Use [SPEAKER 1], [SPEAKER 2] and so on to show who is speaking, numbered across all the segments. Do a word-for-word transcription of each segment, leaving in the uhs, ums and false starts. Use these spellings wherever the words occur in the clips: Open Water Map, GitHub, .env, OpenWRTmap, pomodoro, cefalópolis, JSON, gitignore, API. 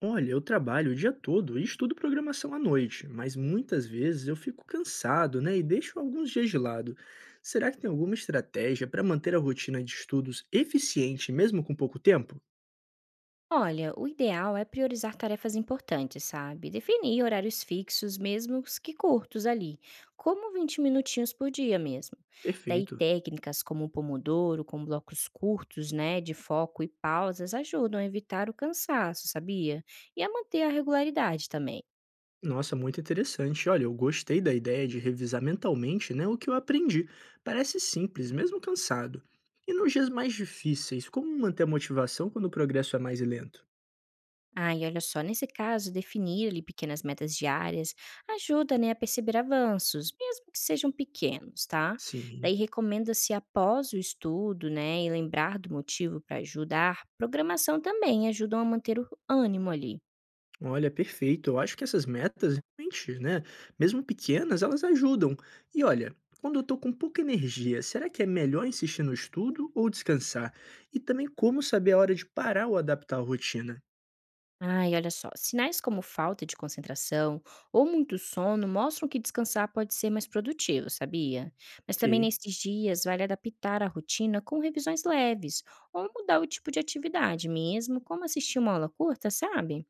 [SPEAKER 1] Olha, eu trabalho o dia todo e estudo programação à noite, mas muitas vezes eu fico cansado, né, e deixo alguns dias de lado. Será que tem alguma estratégia para manter a rotina de estudos eficiente mesmo com pouco tempo?
[SPEAKER 2] Olha, o ideal é priorizar tarefas importantes, sabe? Definir horários fixos, mesmo os que curtos ali, como vinte minutinhos por dia mesmo. Daí
[SPEAKER 1] Perfeito.
[SPEAKER 2] técnicas como o pomodoro, com blocos curtos, né, de foco e pausas, ajudam a evitar o cansaço, sabia? E a manter a regularidade também.
[SPEAKER 1] Nossa, muito interessante. Olha, eu gostei da ideia de revisar mentalmente, né, o que eu aprendi. Parece simples, mesmo cansado. E nos dias mais difíceis, como manter a motivação quando o progresso é mais lento?
[SPEAKER 2] Ah, e olha só, nesse caso, definir ali pequenas metas diárias ajuda, né, a perceber avanços, mesmo que sejam pequenos, tá?
[SPEAKER 1] Sim.
[SPEAKER 2] Daí recomenda-se após o estudo, né, e lembrar do motivo para ajudar, programação também ajudam a manter o ânimo ali.
[SPEAKER 1] Olha, perfeito. Eu acho que essas metas, realmente, né, mesmo pequenas, elas ajudam. E olha, quando eu tô com pouca energia, será que é melhor insistir no estudo ou descansar? E também como saber a hora de parar ou adaptar a rotina?
[SPEAKER 2] Ai, olha só, sinais como falta de concentração ou muito sono mostram que descansar pode ser mais produtivo, sabia? Mas
[SPEAKER 1] Ok,
[SPEAKER 2] também nesses dias vale adaptar a rotina com revisões leves ou mudar o tipo de atividade mesmo, como assistir uma aula curta, sabe?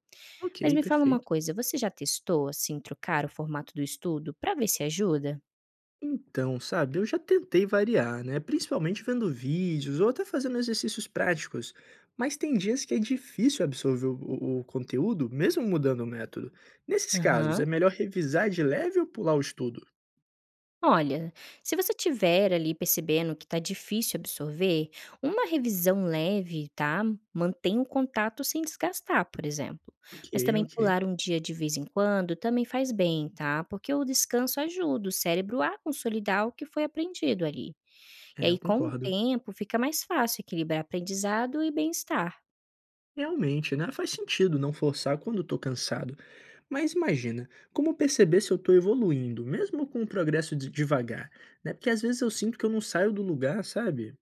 [SPEAKER 2] Mas
[SPEAKER 1] ok,
[SPEAKER 2] me fala uma
[SPEAKER 1] perfeito.
[SPEAKER 2] coisa, você já testou assim trocar o formato do estudo para ver se ajuda?
[SPEAKER 1] Então, sabe, eu já tentei variar, né? Principalmente vendo vídeos ou até fazendo exercícios práticos. Mas tem dias que é difícil absorver o, o o conteúdo, mesmo mudando o método. Nesses casos,
[SPEAKER 2] Aham.
[SPEAKER 1] é melhor revisar de leve ou pular o estudo?
[SPEAKER 2] Olha, se você tiver ali percebendo que está difícil absorver, uma revisão leve, tá? Mantenha o contato sem desgastar, por exemplo.
[SPEAKER 1] Ok,
[SPEAKER 2] Mas também
[SPEAKER 1] ok.
[SPEAKER 2] pular um dia de vez em quando também faz bem, tá? Porque o descanso ajuda o cérebro a consolidar o que foi aprendido ali. E
[SPEAKER 1] É, eu
[SPEAKER 2] aí, com o
[SPEAKER 1] concordo.
[SPEAKER 2] tempo, fica mais fácil equilibrar aprendizado e bem-estar.
[SPEAKER 1] Realmente, né? Faz sentido não forçar quando eu tô cansado. Mas imagina, como perceber se eu tô evoluindo, mesmo com o progresso de- devagar, né? Porque às vezes eu sinto que eu não saio do lugar, sabe?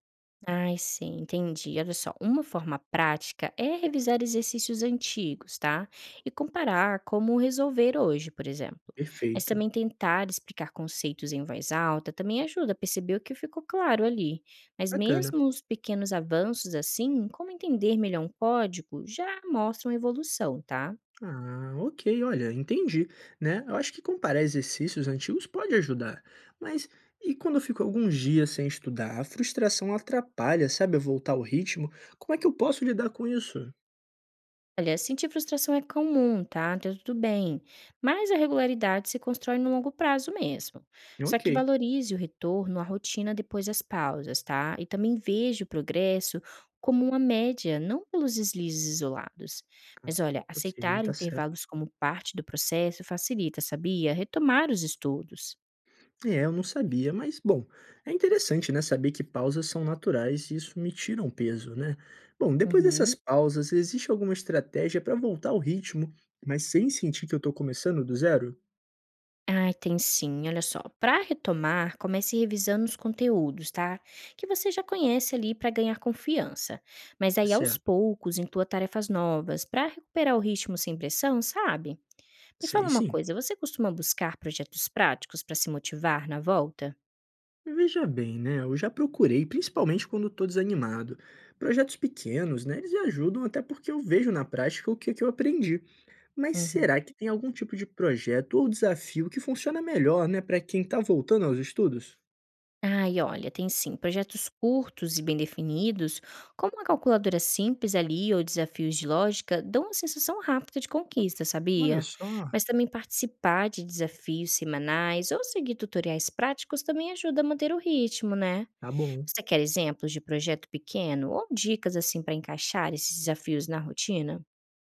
[SPEAKER 2] Ai, sim, entendi. Olha só, uma forma prática é revisar exercícios antigos, tá? E comparar como resolver hoje, por exemplo. Mas
[SPEAKER 1] Perfeito.
[SPEAKER 2] também tentar explicar conceitos em voz alta também ajuda a perceber o que ficou claro ali. Mas
[SPEAKER 1] Bacana.
[SPEAKER 2] mesmo os pequenos avanços assim, como entender melhor um código, já mostram evolução, tá?
[SPEAKER 1] Ah, ok, olha, entendi, né? Eu acho que comparar exercícios antigos pode ajudar, mas e quando eu fico alguns dias sem estudar, a frustração atrapalha, sabe, eu voltar ao ritmo? Como é que eu posso lidar com isso?
[SPEAKER 2] Olha, sentir frustração é comum, tá? Tá tudo bem. Mas a regularidade se constrói no longo prazo mesmo. Só
[SPEAKER 1] Ok.
[SPEAKER 2] que valorize o retorno à rotina depois das pausas, tá? E também veja o progresso como uma média, não pelos deslizes isolados. Mas
[SPEAKER 1] Ah,
[SPEAKER 2] olha,
[SPEAKER 1] ok,
[SPEAKER 2] aceitar
[SPEAKER 1] tá certo.
[SPEAKER 2] intervalos como parte do processo facilita, sabia? Retomar os estudos.
[SPEAKER 1] É, eu não sabia, mas bom, é interessante, né, saber que pausas são naturais e isso me tira um peso, né? Bom, depois dessas
[SPEAKER 2] Uhum.
[SPEAKER 1] pausas, existe alguma estratégia para voltar ao ritmo, mas sem sentir que eu tô começando do zero?
[SPEAKER 2] Ai, tem sim. Olha só, para retomar, comece revisando os conteúdos, tá? Que você já conhece ali para ganhar confiança. Mas
[SPEAKER 1] Tá
[SPEAKER 2] aí, aos
[SPEAKER 1] certo,
[SPEAKER 2] poucos, inclua tarefas novas para recuperar o ritmo sem pressão, sabe? Me fala
[SPEAKER 1] sei
[SPEAKER 2] uma
[SPEAKER 1] sim.
[SPEAKER 2] coisa, você costuma buscar projetos práticos para se motivar na volta?
[SPEAKER 1] Veja bem, né? Eu já procurei, principalmente quando estou desanimado. Projetos pequenos, né? Eles me ajudam até porque eu vejo na prática o que, que eu aprendi. Mas
[SPEAKER 2] Uhum.
[SPEAKER 1] será que tem algum tipo de projeto ou desafio que funciona melhor, né, para quem está voltando aos estudos?
[SPEAKER 2] Ai, olha, tem sim. Projetos curtos e bem definidos, como uma calculadora simples ali ou desafios de lógica, dão uma sensação rápida de conquista,
[SPEAKER 1] Olha
[SPEAKER 2] sabia?
[SPEAKER 1] só.
[SPEAKER 2] Mas também participar de desafios semanais ou seguir tutoriais práticos também ajuda a manter o ritmo, né?
[SPEAKER 1] Tá bom.
[SPEAKER 2] Você quer exemplos de projeto pequeno ou dicas assim para encaixar esses desafios na rotina?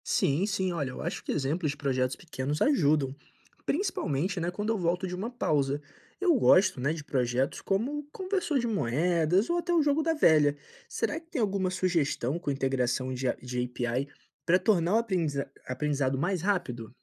[SPEAKER 1] Sim, sim, olha, eu acho que exemplos de projetos pequenos ajudam, principalmente, né, quando eu volto de uma pausa. Eu gosto, né, de projetos como o conversor de moedas ou até o jogo da velha. Será que tem alguma sugestão com integração de, A- de A P I para tornar o aprendiza- aprendizado mais rápido?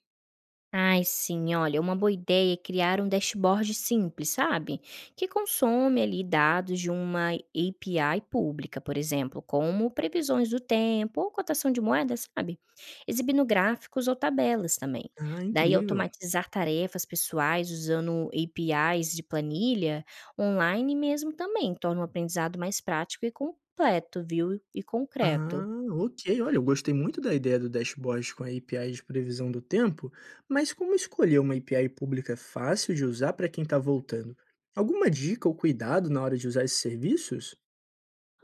[SPEAKER 2] Ai, sim, olha, uma boa ideia é criar um dashboard simples, sabe? Que consome ali dados de uma A P I pública, por exemplo, como previsões do tempo ou cotação de moeda, sabe? Exibindo gráficos ou tabelas também.
[SPEAKER 1] Ah,
[SPEAKER 2] Daí
[SPEAKER 1] incrível.
[SPEAKER 2] automatizar tarefas pessoais usando A P Is de planilha online mesmo também torna o aprendizado mais prático e completo, viu? E concreto.
[SPEAKER 1] Ah, ok. Olha, eu gostei muito da ideia do dashboard com a API de previsão do tempo, mas como escolher uma A P I pública fácil de usar para quem está voltando? Alguma dica ou cuidado na hora de usar esses serviços?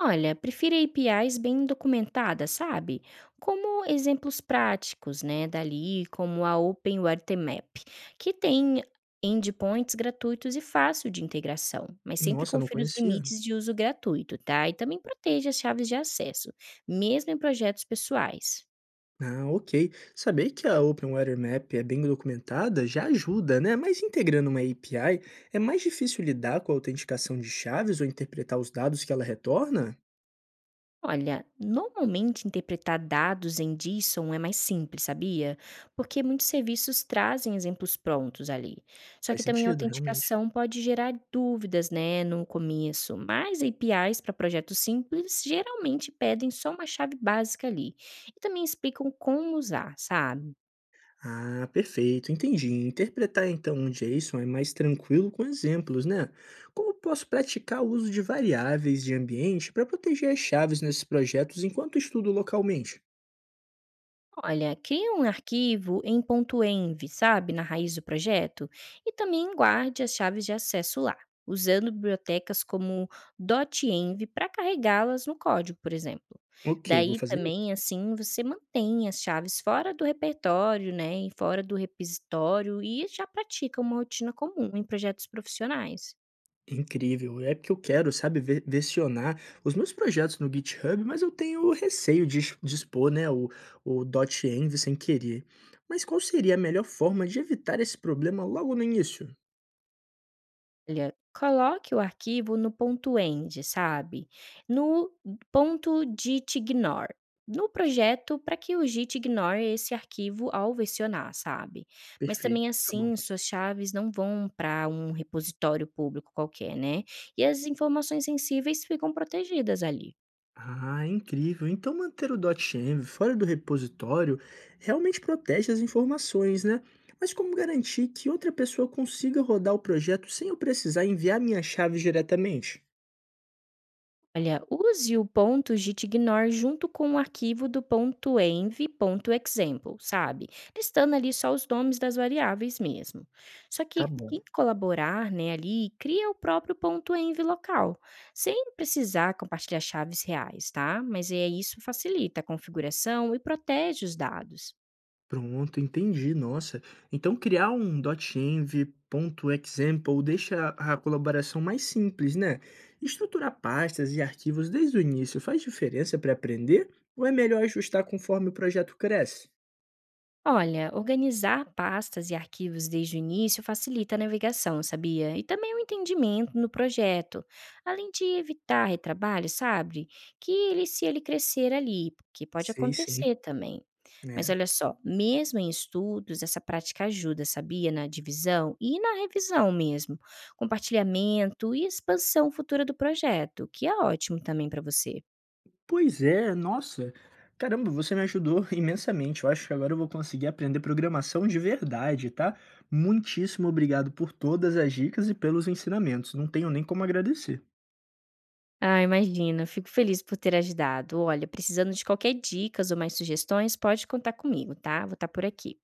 [SPEAKER 2] Olha, prefiro A P Is bem documentadas, sabe? Como exemplos práticos, né, dali, como a OpenWRTmap, que tem endpoints gratuitos e fácil de integração, mas sempre
[SPEAKER 1] Nossa, eu não
[SPEAKER 2] confira os
[SPEAKER 1] conhecia.
[SPEAKER 2] limites de uso gratuito, tá? E também proteja as chaves de acesso, mesmo em projetos pessoais.
[SPEAKER 1] Ah, ok. Saber que a Open Water Map é bem documentada já ajuda, né? Mas integrando uma A P I, é mais difícil lidar com a autenticação de chaves ou interpretar os dados que ela retorna?
[SPEAKER 2] Olha, normalmente interpretar dados em JSON é mais simples, sabia? Porque muitos serviços trazem exemplos prontos ali. Só
[SPEAKER 1] Faz
[SPEAKER 2] que também a
[SPEAKER 1] sentido, realmente.
[SPEAKER 2] autenticação pode gerar dúvidas, né, no começo. Mas A P Is para projetos simples geralmente pedem só uma chave básica ali. E também explicam como usar, sabe?
[SPEAKER 1] Ah, perfeito, entendi. Interpretar então um J SON é mais tranquilo com exemplos, né? Como posso praticar o uso de variáveis de ambiente para proteger as chaves nesses projetos enquanto estudo localmente?
[SPEAKER 2] Olha, cria um arquivo em .env, sabe, na raiz do projeto, e também guarde as chaves de acesso lá, usando bibliotecas como .env para carregá-las no código, por exemplo.
[SPEAKER 1] Ok, vou
[SPEAKER 2] Daí
[SPEAKER 1] fazer isso.
[SPEAKER 2] também, assim, você mantém as chaves fora do repertório, né, e fora do repositório e já pratica uma rotina comum em projetos profissionais.
[SPEAKER 1] Incrível, é porque eu quero, sabe, ver- versionar os meus projetos no guit rrab, mas eu tenho receio de ex- de expor, né, o, o .env sem querer. Mas qual seria a melhor forma de evitar esse problema logo no início?
[SPEAKER 2] Olha, coloque o arquivo no ponto .end, sabe? No ponto gitignore. No projeto, para que o Git ignore esse arquivo ao versionar, sabe? Mas
[SPEAKER 1] Perfeito,
[SPEAKER 2] também
[SPEAKER 1] tá bom.
[SPEAKER 2] assim, suas chaves não vão para um repositório público qualquer, né? E as informações sensíveis ficam protegidas ali.
[SPEAKER 1] Ah, incrível. Então manter o .env fora do repositório realmente protege as informações, né? Mas como garantir que outra pessoa consiga rodar o projeto sem eu precisar enviar minhas chaves diretamente?
[SPEAKER 2] Olha, use o ponto gitignore junto com o arquivo do ponto .env.example, sabe? Listando ali só os nomes das variáveis mesmo. Só
[SPEAKER 1] Tá
[SPEAKER 2] que
[SPEAKER 1] bom.
[SPEAKER 2] quem colaborar, né, ali, cria o próprio ponto .env local, sem precisar compartilhar chaves reais, tá? Mas é isso facilita a configuração e protege os dados.
[SPEAKER 1] Pronto, entendi. Nossa. Então criar um .env.example deixa a a colaboração mais simples, né? Estruturar pastas e arquivos desde o início faz diferença para aprender ou é melhor ajustar conforme o projeto cresce?
[SPEAKER 2] Olha, organizar pastas e arquivos desde o início facilita a navegação, sabia? E também o entendimento no projeto, além de evitar retrabalho, sabe? Que ele, se ele crescer ali, porque pode
[SPEAKER 1] Sei sim.
[SPEAKER 2] acontecer também. Mas
[SPEAKER 1] Né?
[SPEAKER 2] olha só, mesmo em estudos, essa prática ajuda, sabia? Na divisão e na revisão mesmo, compartilhamento e expansão futura do projeto, que é ótimo também para você.
[SPEAKER 1] Pois é, nossa. Caramba, você me ajudou imensamente. Eu acho que agora eu vou conseguir aprender programação de verdade, tá? Muitíssimo obrigado por todas as dicas e pelos ensinamentos. Não tenho nem como agradecer.
[SPEAKER 2] Ah, imagina. Fico feliz por ter ajudado. Olha, precisando de qualquer dicas ou mais sugestões, pode contar comigo, tá? Vou estar por aqui.